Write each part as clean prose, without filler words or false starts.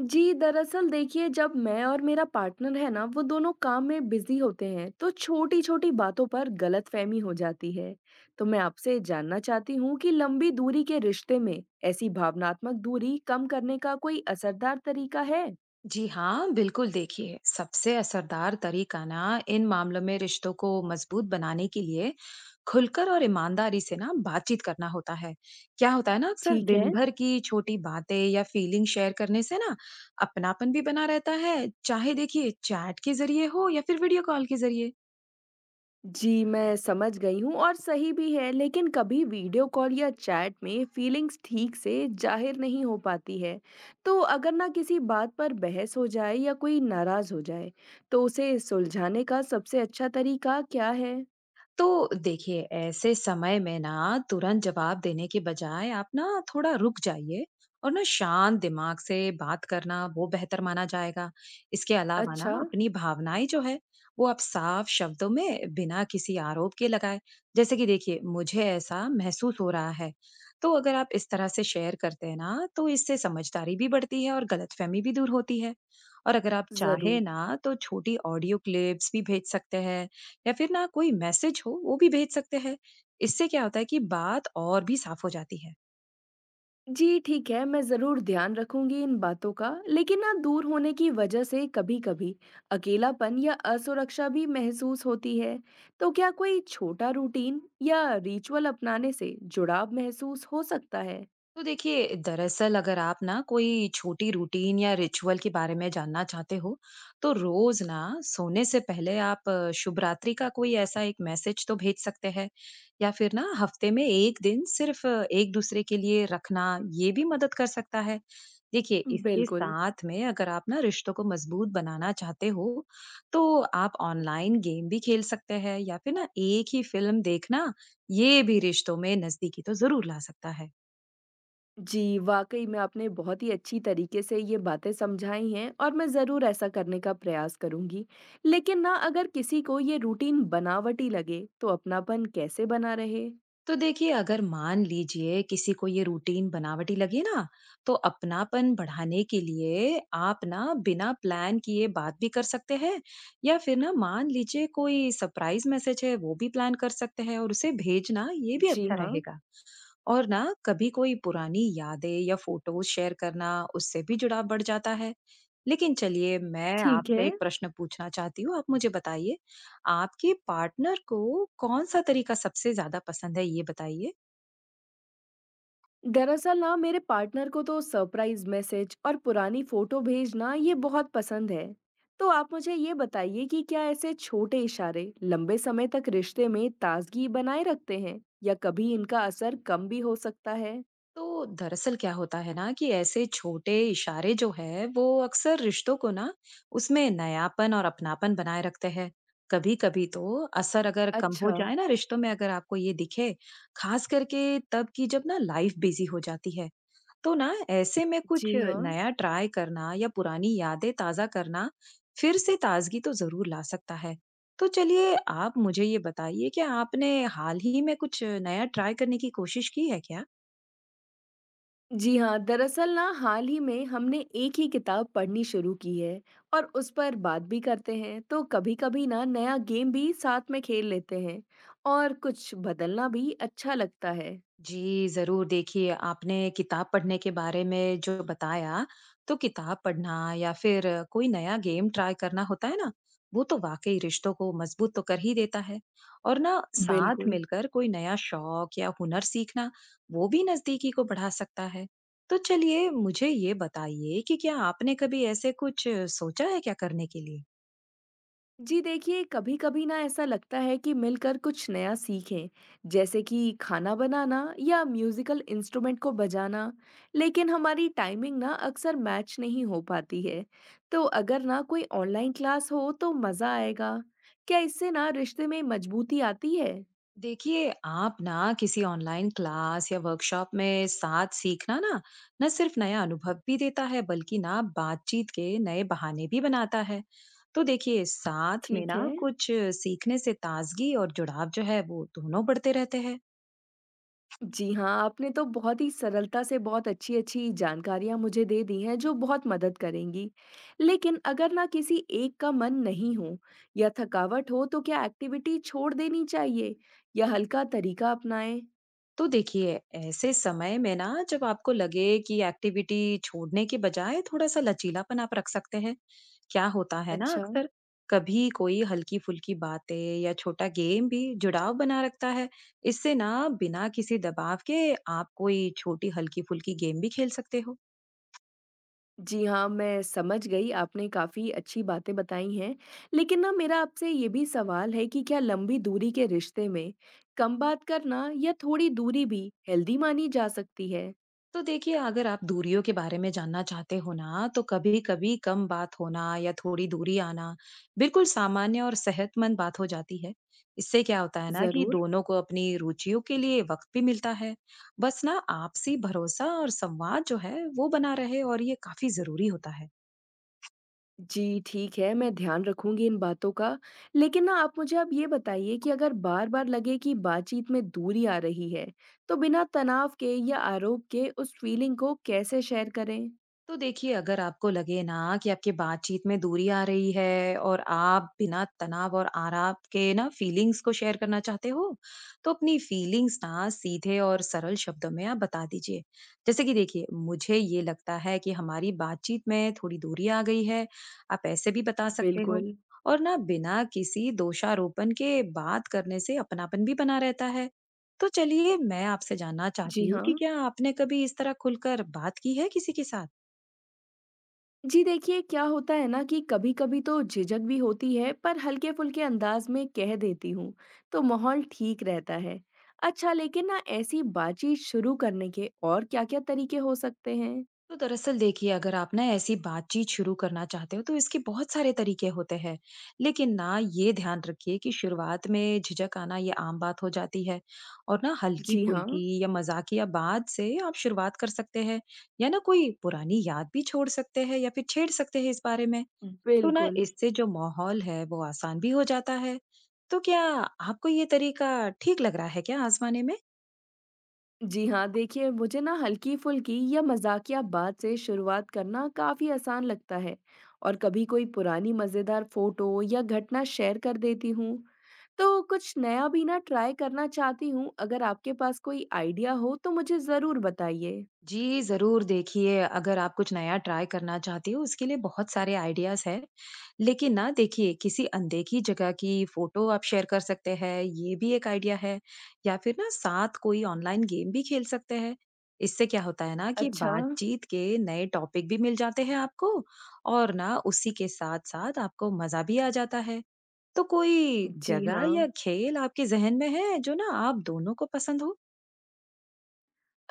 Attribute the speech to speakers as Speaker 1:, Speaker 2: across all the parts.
Speaker 1: जी, दरअसल देखिए जब मैं और मेरा पार्टनर है ना वो दोनों काम में बिजी होते हैं तो छोटी-छोटी बातों पर गलतफहमी हो जाती है। तो मैं आपसे जानना चाहती हूँ कि लंबी दूरी के रिश्ते में ऐसी भावनात्मक दूरी कम करने का कोई असरदार तरीका है?
Speaker 2: जी हाँ, बिल्कुल देखिए, सबसे असरदार तरीका ना इन मामलों में रिश्तों को मजबूत बनाने के लिए खुलकर और ईमानदारी से ना बातचीत करना होता है। क्या होता है ना अक्सर
Speaker 1: ठीक है।
Speaker 2: दिन भर की छोटी बातें या फीलिंग शेयर करने से ना अपनापन भी बना रहता है, चाहे देखिए चैट के जरिए हो या फिर वीडियो कॉल के जरिए।
Speaker 1: जी, मैं समझ गई हूँ और सही भी है, लेकिन कभी वीडियो कॉल या चैट में फीलिंग्स ठीक से ज़ाहिर नहीं हो पाती है। तो अगर ना किसी बात पर बहस हो जाए या कोई नाराज़ हो जाए, तो उसे सुलझाने का सबसे अच्छा तरीका क्या है?
Speaker 2: तो देखिए ऐसे समय में ना तुरंत जवाब देने के बजाय आप ना थोड़ा रुक जाइए और ना शांत दिमाग से बात करना वो बेहतर माना जाएगा। इसके अलावा ना
Speaker 1: अच्छा,
Speaker 2: अपनी भावनाएं जो है वो आप साफ शब्दों में बिना किसी आरोप के लगाए, जैसे कि देखिए मुझे ऐसा महसूस हो रहा है। तो अगर आप इस तरह से शेयर करते हैं ना तो इससे समझदारी भी बढ़ती है और गलतफहमी भी दूर होती है। और अगर आप चाहे
Speaker 1: ज़रूर।
Speaker 2: ना तो छोटी ऑडियो क्लिप्स भी भेज सकते हैं या फिर ना कोई मैसेज हो वो भी भेज सकते हैं। इससे क्या होता है कि बात और भी साफ हो जाती है।
Speaker 1: जी ठीक है, मैं ज़रूर ध्यान रखूंगी इन बातों का, लेकिन ना दूर होने की वजह से कभी-कभी अकेलापन या असुरक्षा भी महसूस होती है। तो क्या कोई छोटा रूटीन या रिचुअल अपनाने से जुड़ाव महसूस हो सकता है?
Speaker 2: तो देखिए दरअसल अगर आप ना कोई छोटी रूटीन या रिचुअल के बारे में जानना चाहते हो तो रोज ना सोने से पहले आप शुभ रात्रि का कोई ऐसा एक मैसेज तो भेज सकते हैं या फिर ना हफ्ते में एक दिन सिर्फ एक दूसरे के लिए रखना ये भी मदद कर सकता है। देखिए इसके
Speaker 1: बिल्कुल।
Speaker 2: साथ में अगर आप ना रिश्तों को मजबूत बनाना चाहते हो तो आप ऑनलाइन गेम भी खेल सकते हैं या फिर ना एक ही फिल्म देखना ये भी रिश्तों में नजदीकी तो जरूर ला सकता है।
Speaker 1: जी, वाकई में आपने बहुत ही अच्छी तरीके से ये बातें समझाई हैं और मैं ज़रूर ऐसा करने का प्रयास करूंगी। लेकिन ना अगर किसी को ये रूटीन बनावटी लगे, तो अपनापन कैसे बना रहे?
Speaker 2: तो देखिए अगर मान लीजिए किसी को ये रूटीन बनावटी लगे ना तो अपनापन बढ़ाने के लिए आप ना बिना प्लान किए बात भी कर सकते हैं या फिर ना मान लीजिए कोई सरप्राइज मैसेज है वो भी प्लान कर सकते हैं और उसे भेजना ये भी
Speaker 1: जी
Speaker 2: अच्छा
Speaker 1: हाँ,
Speaker 2: रहेगा। और ना कभी कोई पुरानी यादें या फोटोज शेयर करना उससे भी जुड़ाव बढ़ जाता है। लेकिन चलिए मैं
Speaker 1: ठीक
Speaker 2: आपसे
Speaker 1: है।
Speaker 2: एक प्रश्न पूछना चाहती हूँ, आप मुझे बताइए आपके पार्टनर को कौन सा तरीका सबसे ज्यादा पसंद है ये बताइए।
Speaker 1: दरअसल ना मेरे पार्टनर को तो सरप्राइज मैसेज और पुरानी फोटो भेजना ये बहुत पसंद है। तो आप मुझे ये बताइए कि क्या ऐसे छोटे इशारे लंबे समय तक रिश्ते में ताजगी बनाए रखते हैं या कभी इनका असर कम भी हो सकता है।
Speaker 2: तो दरअसल क्या होता है ना कि ऐसे छोटे इशारे जो है वो अक्सर रिश्तों को ना उसमें नयापन और अपनापन बनाए रखते हैं। कभी कभी तो असर अगर कम हो
Speaker 1: अच्छा।
Speaker 2: जाए ना रिश्तों में अगर आपको ये दिखे, खास करके तब कि जब ना लाइफ बिजी हो जाती है, तो ना ऐसे में कुछ
Speaker 1: जी हाँ।
Speaker 2: नया ट्राई करना या पुरानी यादें ताजा करना फिर से ताजगी तो जरूर ला सकता है। तो चलिए आप मुझे ये बताइए कि आपने हाल ही में कुछ नया ट्राई करने की कोशिश की है क्या?
Speaker 1: जी हाँ, दरअसल ना हाल ही में हमने एक ही किताब पढ़नी शुरू की है और उस पर बात भी करते हैं। तो कभी कभी ना नया गेम भी साथ में खेल लेते हैं और कुछ बदलना भी अच्छा लगता है।
Speaker 2: जी, ज़रूर देखिए आपने किताब पढ़ने के बारे में जो बताया, तो किताब पढ़ना या फिर कोई नया गेम ट्राई करना होता है ना, वो तो वाक़ई रिश्तों को मज़बूत तो कर ही देता है। और ना साथ
Speaker 1: बिल्कुल।
Speaker 2: मिलकर कोई नया शौक या हुनर सीखना, वो भी नज़दीकी को बढ़ा सकता है। तो चलिए मुझे ये बताइए कि क्या आपने कभी ऐसे कुछ सोचा है क्या करने के लिए?
Speaker 1: जी देखिए, कभी-कभी ना ऐसा लगता है कि मिलकर कुछ नया सीखें, जैसे कि खाना बनाना या म्यूज़िकल इंस्ट्रूमेंट को बजाना, लेकिन हमारी टाइमिंग ना अक्सर मैच नहीं हो पाती है। तो अगर ना कोई ऑनलाइन क्लास हो तो मज़ा आएगा। क्या इससे ना रिश्ते में मजबूती आती है?
Speaker 2: देखिए आप ना किसी ऑनलाइन क्लास या वर्कशॉप में साथ सीखना ना न सिर्फ नया अनुभव भी देता है बल्कि ना बातचीत के नए बहाने भी बनाता है। तो देखिए साथ में
Speaker 1: ठीक
Speaker 2: ना
Speaker 1: है।
Speaker 2: कुछ सीखने से ताजगी और जुड़ाव जो है वो दोनों बढ़ते रहते हैं।
Speaker 1: जी हाँ, आपने तो बहुत ही सरलता से बहुत अच्छी-अच्छी जानकारियाँ मुझे दे दी हैं जो बहुत मदद करेंगी। लेकिन अगर ना किसी एक का मन नहीं हो या थकावट हो तो क्या एक्टिविटी छोड़ देनी चाहिए या हल्का तरीका अपनाएँ?
Speaker 2: तो देखिए, ऐसे समय में ना जब आपको लगे कि एक्टिविटी छोड़ने के बजाय थोड़ा-सा लचीलापन आप रख सकते हैं। क्या होता है ना
Speaker 1: अच्छा।
Speaker 2: अक्सर कभी कोई हल्की-फुल्की बातें या छोटा गेम भी जुड़ाव बना रखता है। इससे ना बिना किसी दबाव के आप कोई छोटी हल्की-फुल्की गेम भी खेल सकते हो।
Speaker 1: जी हाँ, मैं समझ गई आपने काफ़ी अच्छी बातें बताई हैं। लेकिन ना मेरा आपसे ये भी सवाल है कि क्या लंबी दूरी के रिश्ते में कम बात करना या थोड़ी दूरी भी हेल्दी मानी जा सकती है?
Speaker 2: तो देखिए अगर आप दूरियों के बारे में जानना चाहते हो ना तो कभी कभी कम बात होना या थोड़ी दूरी आना बिल्कुल सामान्य और सेहतमंद बात हो जाती है। इससे क्या होता है ना कि
Speaker 1: ज़रूर।
Speaker 2: दोनों को अपनी रुचियों के लिए वक्त भी मिलता है। बस ना आपसी भरोसा और संवाद जो है वो बना रहे और ये काफी जरूरी होता है।
Speaker 1: जी, ठीक है, मैं ध्यान रखूँगी इन बातों का। लेकिन ना आप मुझे अब ये बताइए कि अगर बार-बार लगे कि बातचीत में दूरी आ रही है, तो बिना तनाव के या आरोप के उस फीलिंग को कैसे शेयर करें?
Speaker 2: तो देखिए, अगर आपको लगे ना कि आपकी बातचीत में दूरी आ रही है और आप बिना तनाव और आराम के ना फीलिंग्स को शेयर करना चाहते हो, तो अपनी फीलिंग्स ना सीधे और सरल शब्दों में आप बता दीजिए। जैसे कि देखिए, मुझे ये लगता है कि हमारी बातचीत में थोड़ी दूरी आ गई है। आप ऐसे भी बता सकते हो।
Speaker 1: बिल्कुल।
Speaker 2: और ना बिना किसी दोषारोपण के बात करने से अपनापन भी बना रहता है। तो चलिए, मैं आपसे जानना
Speaker 1: जी
Speaker 2: चाहती हूँ कि
Speaker 1: हाँ।
Speaker 2: क्या आपने कभी इस तरह खुलकर बात की है किसी के साथ?
Speaker 1: जी देखिए, क्या होता है ना कि कभी-कभी तो झिझक भी होती है, पर हल्के-फुल्के अंदाज में कह देती हूँ, तो माहौल ठीक रहता है। अच्छा, लेकिन ना ऐसी बातचीत शुरू करने के और क्या-क्या तरीके हो सकते हैं?
Speaker 2: तो दरअसल देखिए अगर आप ना ऐसी बातचीत शुरू करना चाहते हो तो इसके बहुत सारे तरीके होते हैं। लेकिन ना ये ध्यान रखिए कि शुरुआत में झिझक आना ये आम बात हो जाती है। और ना हल्की
Speaker 1: जी हाँ,
Speaker 2: फुल्की या मजाकिया बात से आप शुरुआत कर सकते हैं या ना कोई पुरानी याद भी छोड़ सकते हैं या फिर छेड़ सकते हैं इस बारे में। तो ना
Speaker 1: बिल्कुल।
Speaker 2: इससे जो माहौल है वो आसान भी हो जाता है। तो क्या आपको ये तरीका ठीक लग रहा है क्या आजमाने में?
Speaker 1: जी हाँ, देखिए मुझे ना हल्की-फुल्की या मज़ाकिया बात से शुरुआत करना काफ़ी आसान लगता है और कभी कोई पुरानी मज़ेदार फ़ोटो या घटना शेयर कर देती हूँ। तो कुछ नया भी ना ट्राई करना चाहती हूँ, अगर आपके पास कोई आइडिया हो तो मुझे ज़रूर बताइए।
Speaker 2: जी, ज़रूर देखिए, अगर आप कुछ नया ट्राई करना चाहती हो उसके लिए बहुत सारे आइडियाज़ हैं। लेकिन ना देखिए किसी अनदेखी जगह की फ़ोटो आप शेयर कर सकते हैं, ये भी एक आइडिया है। या फिर ना साथ कोई ऑनलाइन गेम भी खेल सकते हैं। इससे क्या होता है ना कि
Speaker 1: अच्छा,
Speaker 2: बातचीत के नए टॉपिक भी मिल जाते हैं आपको और ना उसी के साथ-साथ आपको मज़ा भी आ जाता है। तो कोई
Speaker 1: जी
Speaker 2: जगह या
Speaker 1: हाँ।
Speaker 2: खेल आपके ज़हन में है जो ना आप दोनों को पसंद हो?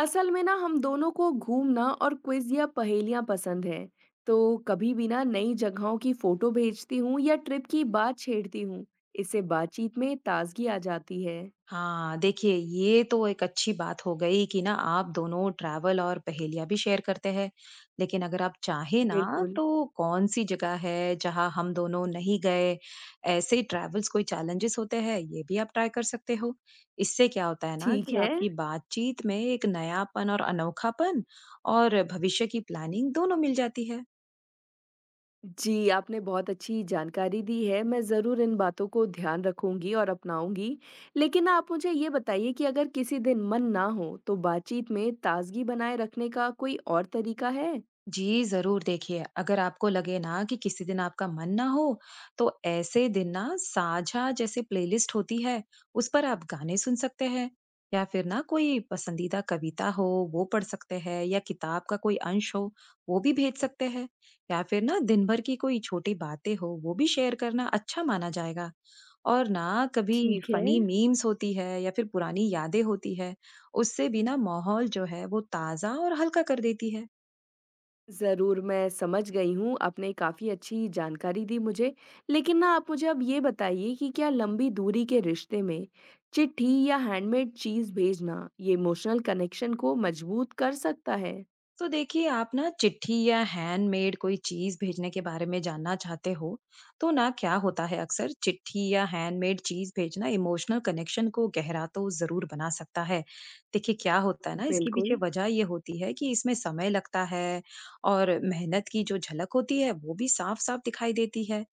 Speaker 1: असल में ना हम दोनों को घूमना और क्विज या पहेलियां पसंद है। तो कभी भी ना नई जगहों की फोटो भेजती हूँ या ट्रिप की बात छेड़ती हूँ। इससे बातचीत में ताजगी आ जाती है।
Speaker 2: हाँ, देखिए ये तो एक अच्छी बात हो गई कि ना आप दोनों ट्रैवल और पहेलियाँ भी शेयर करते हैं। लेकिन अगर आप चाहें ना
Speaker 1: बिल्कुल।
Speaker 2: तो कौन-सी जगह है जहाँ हम दोनों नहीं गए? ऐसे ट्रैवल्स कोई चैलेंजेस होते हैं ये भी आप ट्राई कर सकते हो। इससे क्या होता है ना
Speaker 1: ठीक
Speaker 2: कि
Speaker 1: है।
Speaker 2: आपकी बातचीत में एक नयापन और अनोखापन और भविष्य की प्लानिंग दोनों मिल जाती है।
Speaker 1: जी, आपने बहुत अच्छी जानकारी दी है, मैं ज़रूर इन बातों को ध्यान रखूंगी और अपनाऊंगी। लेकिन आप मुझे ये बताइए कि अगर किसी दिन मन ना हो तो बातचीत में ताजगी बनाए रखने का कोई और तरीका है?
Speaker 2: जी, ज़रूर देखिए, अगर आपको लगे ना कि किसी दिन आपका मन ना हो, तो ऐसे दिन ना साझा जैसे प्लेलिस्ट होती है, उस पर आप गाने सुन सकते हैं या फिर ना कोई पसंदीदा कविता हो, वो पढ़ सकते हैं या किताब का कोई अंश हो, वो भी भेज सकते हैं या फिर ना दिन भर की कोई छोटी बातें हो, वो भी शेयर करना अच्छा माना जाएगा। और ना कभी
Speaker 1: ठीक है।
Speaker 2: फ़नी मीम्स होती है या फिर पुरानी यादें होती है, उससे भी ना माहौल जो है, वो ताज़ा और हल्का कर देती है।
Speaker 1: ज़रूर, मैं समझ गई हूँ, आपने काफ़ी अच्छी जानकारी दी मुझे। लेकिन ना आप मुझे अब ये बताइए कि क्या लंबी दूरी के रिश्ते में चिट्ठी या हैंडमेड चीज़ भेजना, ये इमोशनल कनेक्शन को मजबूत कर सकता है?
Speaker 2: तो देखिए आप ना चिट्ठी या हैंडमेड कोई चीज भेजने के बारे में जानना चाहते हो तो ना क्या होता है अक्सर चिट्ठी या हैंडमेड चीज भेजना इमोशनल कनेक्शन को गहरा तो जरूर बना सकता है। देखिए क्या होता है ना इसके पीछे
Speaker 1: बिल्कुल।
Speaker 2: वजह ये होती है कि इसमें समय लगता है और मेहनत की जो झलक होती है वो भी साफ साफ दिखाई देती है,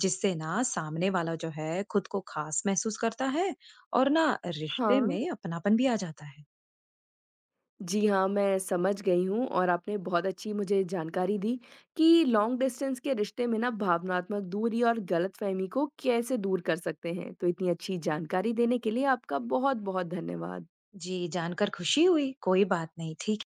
Speaker 2: जिससे ना सामने वाला जो है खुद को खास महसूस करता है और ना रिश्ते
Speaker 1: हाँ।
Speaker 2: में अपनापन भी आ जाता है।
Speaker 1: जी हाँ, मैं समझ गई हूँ और आपने बहुत अच्छी मुझे जानकारी दी कि लॉन्ग डिस्टेंस के रिश्ते में ना भावनात्मक दूरी और गलतफ़हमी को कैसे दूर कर सकते हैं। तो इतनी अच्छी जानकारी देने के लिए आपका बहुत-बहुत धन्यवाद।
Speaker 2: जी जानकर खुशी हुई, कोई बात नहीं, ठीक।